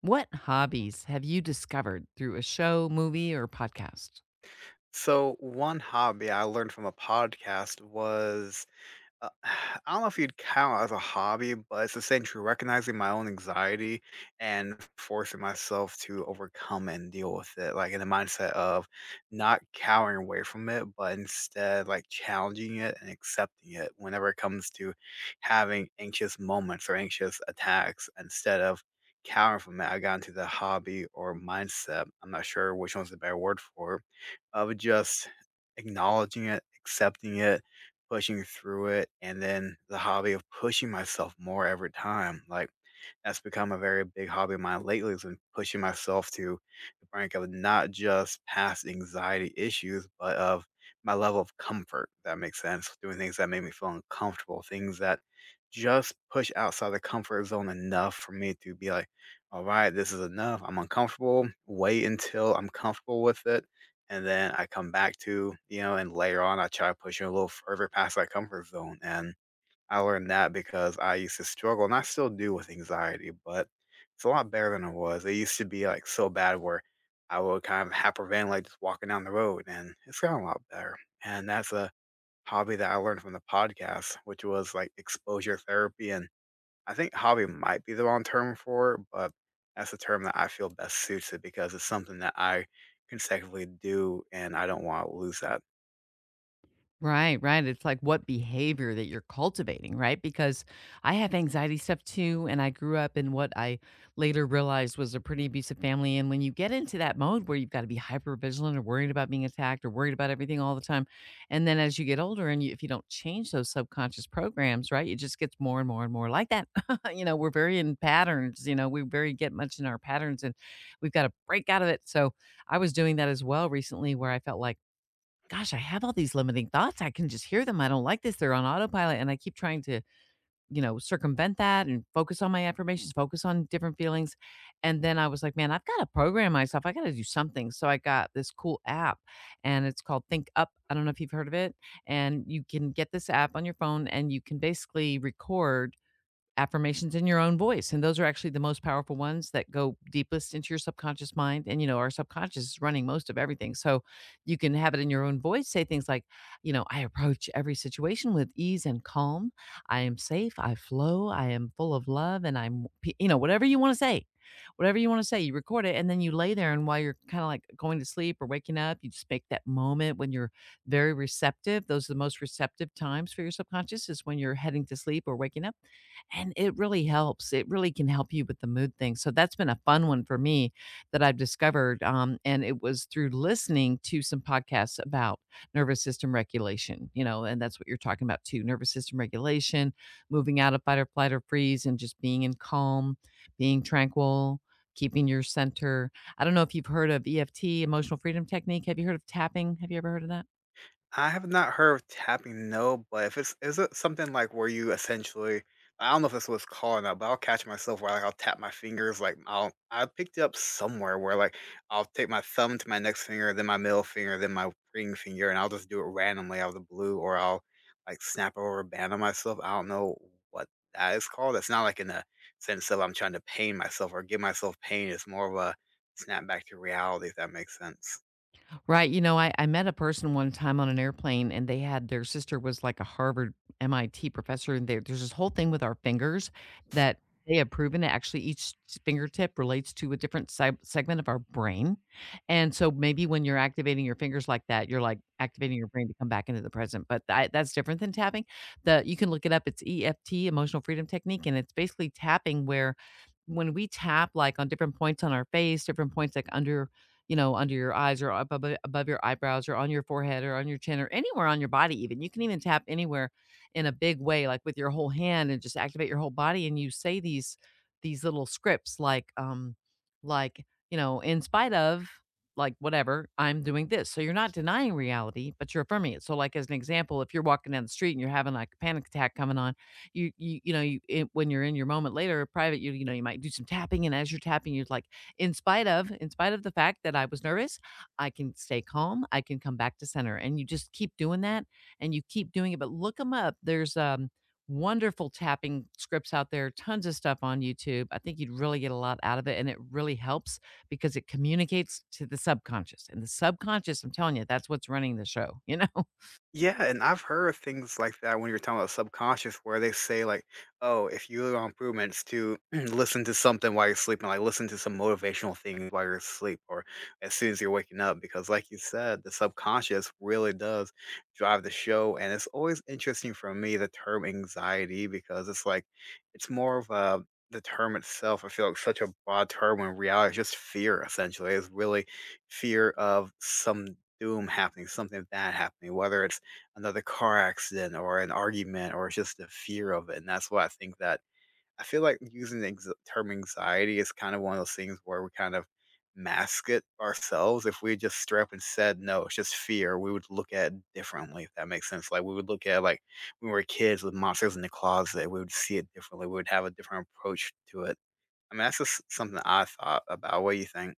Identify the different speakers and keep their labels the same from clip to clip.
Speaker 1: What hobbies have you discovered through a show, movie, or podcast?
Speaker 2: So one hobby I learned from a podcast was uh, I don't know if you'd count as a hobby, but it's essentially recognizing my own anxiety and forcing myself to overcome and deal with it, like in the mindset of not cowering away from it, but instead like challenging it and accepting it whenever it comes to having anxious moments or anxious attacks instead of cowering from it. I got into the hobby or mindset. I'm not sure which one's the better word for it, of just acknowledging it, accepting it, pushing through it, and then the hobby of pushing myself more every time, like that's become a very big hobby of mine lately has been pushing myself to the brink of not just past anxiety issues, but of my level of comfort, if that makes sense. Doing things that make me feel uncomfortable, things that just push outside the comfort zone enough for me to be like, all right, this is enough. I'm uncomfortable. Wait until I'm comfortable with it. And then I come back to, you know, and later on I try to push it a little further past that comfort zone. And I learned that because I used to struggle, and I still do with anxiety, but it's a lot better than it was. It used to be like so bad where I would kind of hyperventilate like, just walking down the road, and it's gotten a lot better. And that's a hobby that I learned from the podcast, which was like exposure therapy. And I think hobby might be the wrong term for it, but that's the term that I feel best suits it because it's something that I consecutively do, and I don't want to lose that.
Speaker 1: Right, right. It's like what behavior that you're cultivating, right? Because I have anxiety stuff too. And I grew up in what I later realized was a pretty abusive family. And when you get into that mode where you've got to be hyper vigilant or worried about being attacked or worried about everything all the time. And then as you get older and you, if you don't change those subconscious programs, right, it just gets more and more and more like that. You know, we're very in patterns, you know, we very get much in our patterns and we've got to break out of it. So I was doing that as well recently where I felt like, gosh, I have all these limiting thoughts. I can just hear them. I don't like this. They're on autopilot. And I keep trying to, you know, circumvent that and focus on my affirmations, focus on different feelings. And then I was like, man, I've got to program myself. I got to do something. So I got this cool app and it's called Think Up. I don't know if you've heard of it. And you can get this app on your phone and you can basically record affirmations in your own voice. And those are actually the most powerful ones that go deepest into your subconscious mind. And, you know, our subconscious is running most of everything. So you can have it in your own voice, say things like, you know, I approach every situation with ease and calm. I am safe. I flow. I am full of love. And I'm, pe-" you know, whatever you want to say, whatever you want to say, you record it. And then you lay there. And while you're kind of like going to sleep or waking up, you just make that moment when you're very receptive. Those are the most receptive times for your subconscious is when you're heading to sleep or waking up and it really helps. It really can help you with the mood thing. So that's been a fun one for me that I've discovered, and it was through listening to some podcasts about nervous system regulation. You know, and that's what you're talking about too: nervous system regulation, moving out of fight or flight or freeze, and just being in calm, being tranquil. Keeping your center. I don't know if you've heard of EFT, emotional freedom technique. Have you heard of tapping? Have you ever heard of that?
Speaker 2: I have not heard of tapping, no, but if it's is it something like where you essentially I don't know if this was called or but I'll catch myself where like I'll tap my fingers like I picked it up somewhere where like I'll take my thumb to my next finger, then my middle finger, then my ring finger, and I'll just do it randomly out of the blue, or I'll like snap over a band on myself. I don't know what that is called. It's not like in the sense of I'm trying to pain myself or give myself pain. It's more of a snap back to reality, if that makes sense.
Speaker 1: Right, you know, I met a person one time on an airplane, and they had their sister was, like, a Harvard, MIT professor, and there's this whole thing with our fingers that they have proven that actually each s fingertip relates to a different se segment of our brain, and so maybe when you're activating your fingers like that, you're, like, activating your brain to come back into the present, but I that's different than tapping. The you can look it up, it's EFT, Emotional Freedom Technique, and it's basically tapping where when we tap, like, on different points on our face, different points, like, under you know, under your eyes or up above, above your eyebrows or on your forehead or on your chin or anywhere on your body, even. You can even tap anywhere in a big way, like with your whole hand and just activate your whole body. And you say these little scripts like like, you know, in spite of like whatever, I'm doing this. So you're not denying reality, but you're affirming it. So like as an example, if you're walking down the street and you're having like a panic attack coming on, you know, you it, when you're in your moment later private, you know, you might do some tapping and as you're tapping you're like in spite of the fact that I was nervous, I can stay calm. I can come back to center. And you just keep doing that and you keep doing it. But look them up. There's wonderful tapping scripts out there, tons of stuff on YouTube. I think you'd really get a lot out of it. And it really helps because it communicates to the subconscious. And the subconscious, I'm telling you, that's what's running the show, you know?
Speaker 2: Yeah, and I've heard of things like that when you're talking about subconscious, where they say like, "Oh, if you want improvements, to listen to something while you're sleeping, like listen to some motivational things while you're asleep, or as soon as you're waking up." Because, like you said, the subconscious really does drive the show, and it's always interesting for me the term anxiety because it's like it's more of a the term itself. I feel like such a broad term when in reality, it's just fear. Essentially, it's really fear of some doom happening, something bad happening, whether it's another car accident or an argument or just the fear of it. And that's why I think that I feel like using the ex- term anxiety is kind of one of those things where we kind of mask it ourselves. If we just straight up and said, no, it's just fear, we would look at it differently, if that makes sense. Like we would look at like when we were kids with monsters in the closet, we would see it differently. We would have a different approach to it. I mean, that's just something I thought about. What do you think?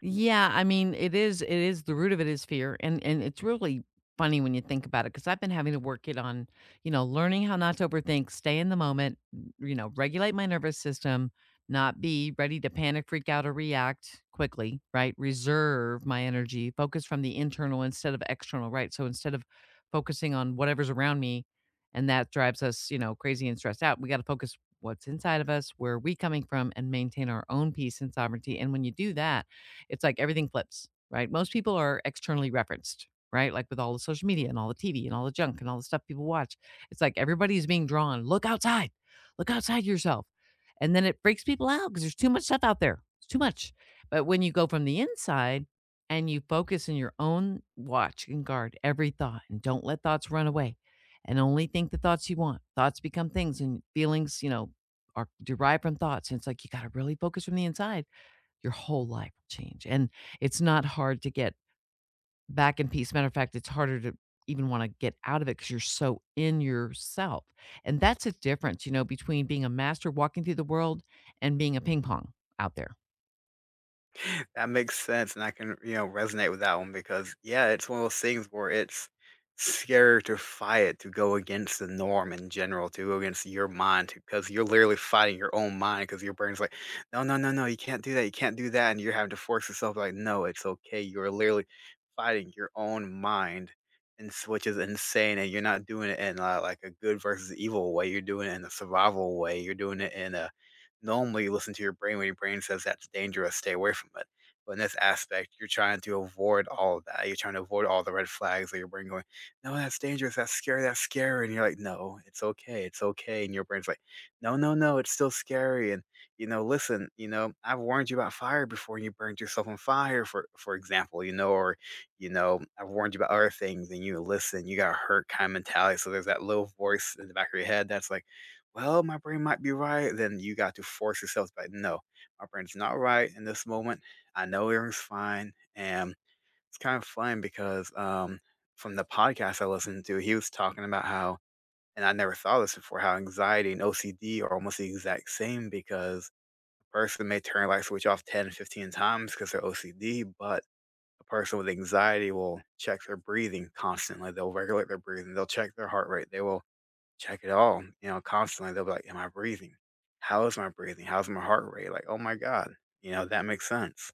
Speaker 1: Yeah, I mean, it is the root of it is fear and it's really funny when you think about it because I've been having to work it on, you know, learning how not to overthink, stay in the moment, you know, regulate my nervous system, not be ready to panic, freak out or react quickly, right? Reserve my energy, focus from the internal instead of external, right? So instead of focusing on whatever's around me and that drives us, you know, crazy and stressed out, we got to focus what's inside of us, where are we coming from and maintain our own peace and sovereignty. And when you do that, it's like everything flips, right? Most people are externally referenced, right? Like with all the social media and all the TV and all the junk and all the stuff people watch. It's like everybody's being drawn, look outside yourself. And then it freaks people out because there's too much stuff out there. It's too much. But when you go from the inside and you focus in your own watch and guard every thought and don't let thoughts run away and only think the thoughts you want, thoughts become things and feelings, you know, are derived from thoughts. And it's like you got to really focus from the inside your whole life will change. And it's not hard to get back in peace. Matter of fact, it's harder to even want to get out of it because you're so in yourself. And that's a difference, you know, between being a master walking through the world and being a ping pong out there.
Speaker 2: That makes sense, and I can, you know, resonate with that one because, yeah, it's one of those things where it's scary to fight to go against the norm in general, to go against your mind, because you're literally fighting your own mind because your brain's like, no, no, no, no, you can't do that, you can't do that, and you're having to force yourself like, no, it's okay. You're literally fighting your own mind, and which is insane, and you're not doing it in like a good versus evil way. You're doing it in a survival way. You're doing it in a normally you listen to your brain when your brain says that's dangerous, stay away from it. But in this aspect, you're trying to avoid all of that. You're trying to avoid all the red flags that your brain going, no, that's dangerous, that's scary, that's scary. And you're like, no, it's okay, it's okay. And your brain's like, no, no, no, it's still scary. And you know, listen, you know, I've warned you about fire before and you burned yourself on fire, for example, you know, or you know, I've warned you about other things and you listen, you got hurt kind of mentality. So there's that little voice in the back of your head that's like, well, my brain might be right. Then you got to force yourself to be like, no, my brain's not right in this moment. I know everything's fine. And it's kind of fun because from the podcast I listened to, he was talking about how, and I never saw this before, how anxiety and OCD are almost the exact same because a person may turn a light switch off 10, 15 times because they're OCD, but a person with anxiety will check their breathing constantly. They'll regulate their breathing. They'll check their heart rate. They will check it all, you know, constantly. They'll be like, am I breathing? How is my breathing? How's my heart rate? Like, oh my God, you know, that makes sense.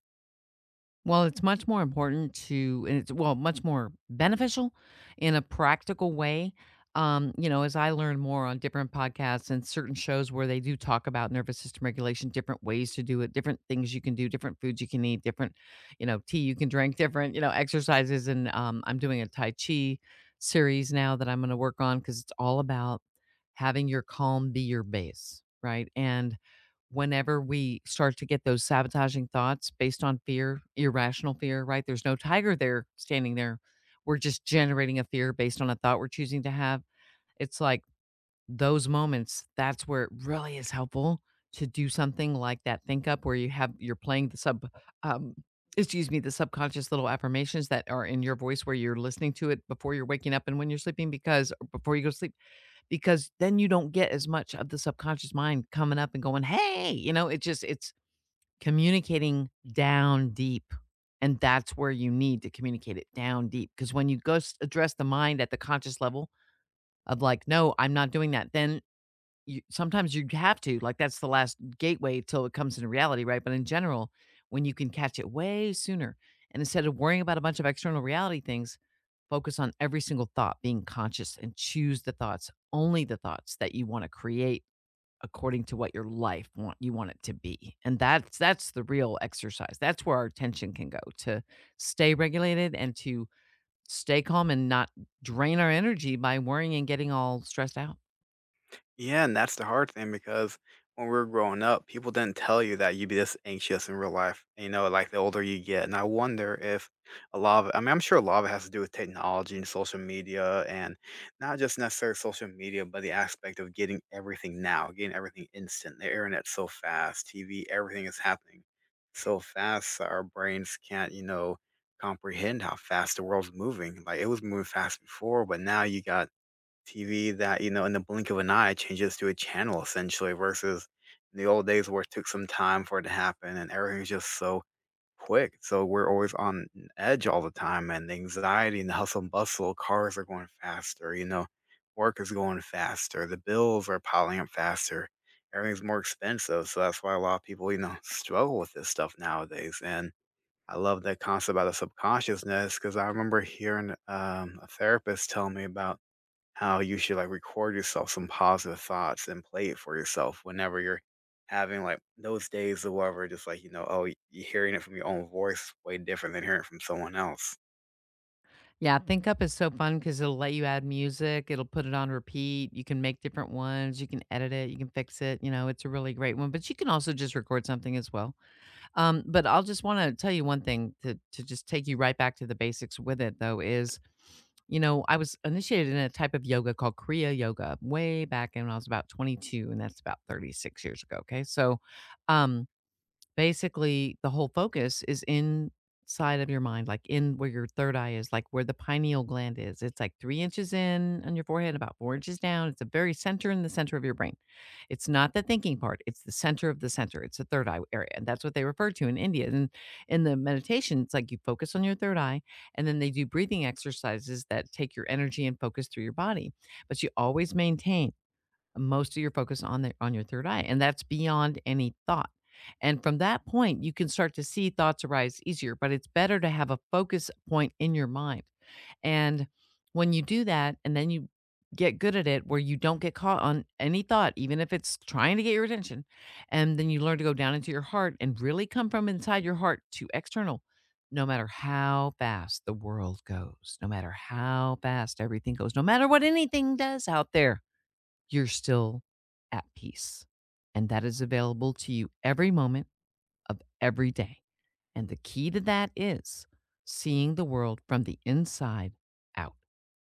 Speaker 1: Well, it's much more important to and it's well, much more beneficial in a practical way. You know, as I learn more on different podcasts and certain shows where they do talk about nervous system regulation, different ways to do it, different things you can do, different foods you can eat, different, you know, tea you can drink, different, you know, exercises. And I'm doing a Tai Chi series now that I'm going to work on because it's all about having your calm be your base, right? And whenever we start to get those sabotaging thoughts based on fear, irrational fear, right? There's no tiger there standing there. We're just generating a fear based on a thought we're choosing to have. It's like those moments, that's where it really is helpful to do something like that think up where you have you're playing the sub um excuse me the subconscious little affirmations that are in your voice where you're listening to it before you're waking up and when you're sleeping because or before you go to sleep because then you don't get as much of the subconscious mind coming up and going, "Hey," you know, it just it's communicating down deep. And that's where you need to communicate it down deep because when you go address the mind at the conscious level of like, "No, I'm not doing that," then you sometimes you have to, like, that's the last gateway till it comes into reality, right? But in general, when you can catch it way sooner, and instead of worrying about a bunch of external reality things, focus on every single thought, being conscious and choose the thoughts, only the thoughts that you wanna create according to what your life want you want it to be, and that's the real exercise. That's where our attention can go to stay regulated and to stay calm and not drain our energy by worrying and getting all stressed out.
Speaker 2: Yeah, and that's the hard thing because when we were growing up, people didn't tell you that you'd be this anxious in real life. You know, like the older you get, and I wonder if a lot of I mean, I'm sure a lot of it has to do with technology and social media, and not just necessarily social media, but the aspect of getting everything now, getting everything instant. The internet's so fast, TV, everything is happening so fast. That Our brains can't, you know, comprehend how fast the world's moving. Like it was moving fast before, but now you got TV that, you know, in the blink of an eye changes to a channel essentially versus in the old days where it took some time for it to happen and everything's just so quick. So we're always on edge all the time and the anxiety and the hustle and bustle, cars are going faster, you know, work is going faster, the bills are piling up faster, everything's more expensive. So that's why a lot of people, you know, struggle with this stuff nowadays. And I love that concept about the subconsciousness because I remember hearing a therapist tell me about how you should like record yourself some positive thoughts and play it for yourself whenever you're having like those days or whatever, just like, you know, oh, you hearing it from your own voice is way different than hearing it from someone else.
Speaker 1: Yeah, ThinkUp is so fun because 'cause it'll let you add music, it'll put it on repeat, you can make different ones, you can edit it, you can fix it, you know, it's a really great one, but you can also just record something as well. But I'll just wanna tell you one thing to just take you right back to the basics with it though is, you know, I was initiated in a type of yoga called Kriya Yoga way back in when I was about 22, and that's about 36 years ago, okay? So, um basically, the whole focus is inside of your mind, like in where your third eye is, like where the pineal gland is. It's like 3 inches in on your forehead, about 4 inches down. It's the very center in the center of your brain. It's not the thinking part, it's the center of the center. It's the third eye area. And that's what they refer to in India. And in the meditation, it's like you focus on your third eye, and then they do breathing exercises that take your energy and focus through your body. But you always maintain most of your focus on the on your third eye, and that's beyond any thought. And from that point, you can start to see thoughts arise easier, but it's better to have a focus point in your mind. And when you do that, and then you get good at it where you don't get caught on any thought, even if it's trying to get your attention, and then you learn to go down into your heart and really come from inside your heart to external. No matter how fast the world goes, no matter how fast everything goes, no matter what anything does out there, you're still at peace. And that is available to you every moment of every day. And the key to that is seeing the world from the inside out.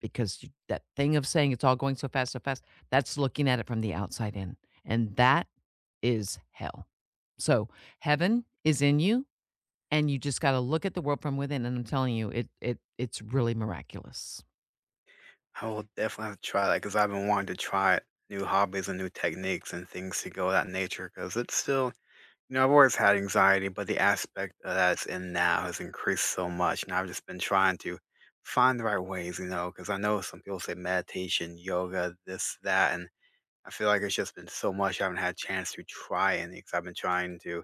Speaker 1: Because you, that thing of saying it's all going so fast, that's looking at it from the outside in. And that is hell. So heaven is in you and you just got to look at the world from within and I'm telling you it's really miraculous.
Speaker 2: I will definitely have to try that because I've been wanting to try new hobbies and new techniques and things to go that nature because it's still, you know, I've always had anxiety, but the aspect of that's in now has increased so much. And I've just been trying to find the right ways, you know, because I know some people say meditation, yoga, this, that, and I feel like it's just been so much I haven't had a chance to try anything. Because I've been trying to,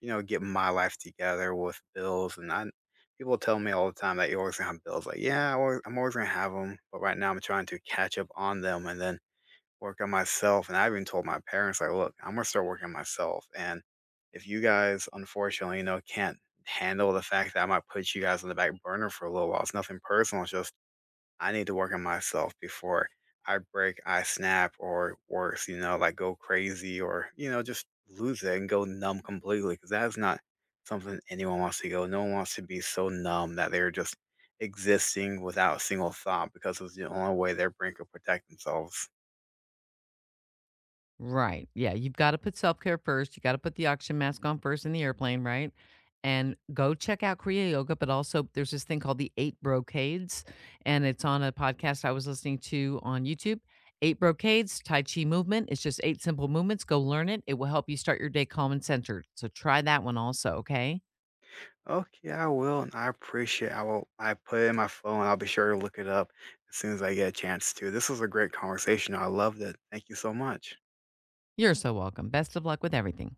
Speaker 2: you know, get my life together with bills. And people tell me all the time that you're always gonna have bills. Like, yeah, I'm always gonna have them, but right now I'm trying to catch up on them and then work on myself. And I even told my parents, like, look, I'm gonna start working on myself. And if you guys, unfortunately, you know, can't handle the fact that I might put you guys on the back burner for a little while, it's nothing personal. It's just I need to work on myself before I break, I snap, or worse, you know, like go crazy or, you know, just lose it and go numb completely. Because that's not something anyone wants to go. No one wants to be so numb that they're just existing without a single thought because it's the only way their brain could protect themselves.
Speaker 1: Right. Yeah, you've gotta put self-care first, you gotta put the oxygen mask on first in the airplane, right? And go check out Kriya Yoga, but also there's this thing called the 8 Brocades, and it's on a podcast I was listening to on YouTube. 8 Brocades, Tai Chi movement, it's just 8 simple movements, go learn it, it will help you start your day calm and centered, so try that one also, okay?
Speaker 2: Okay, I will, and I appreciate. I will. I put it in my phone. I'll be sure to look it up as soon as I get a chance to. This was a great conversation. I loved it. Thank you so much.
Speaker 1: You're so welcome, best of luck with everything.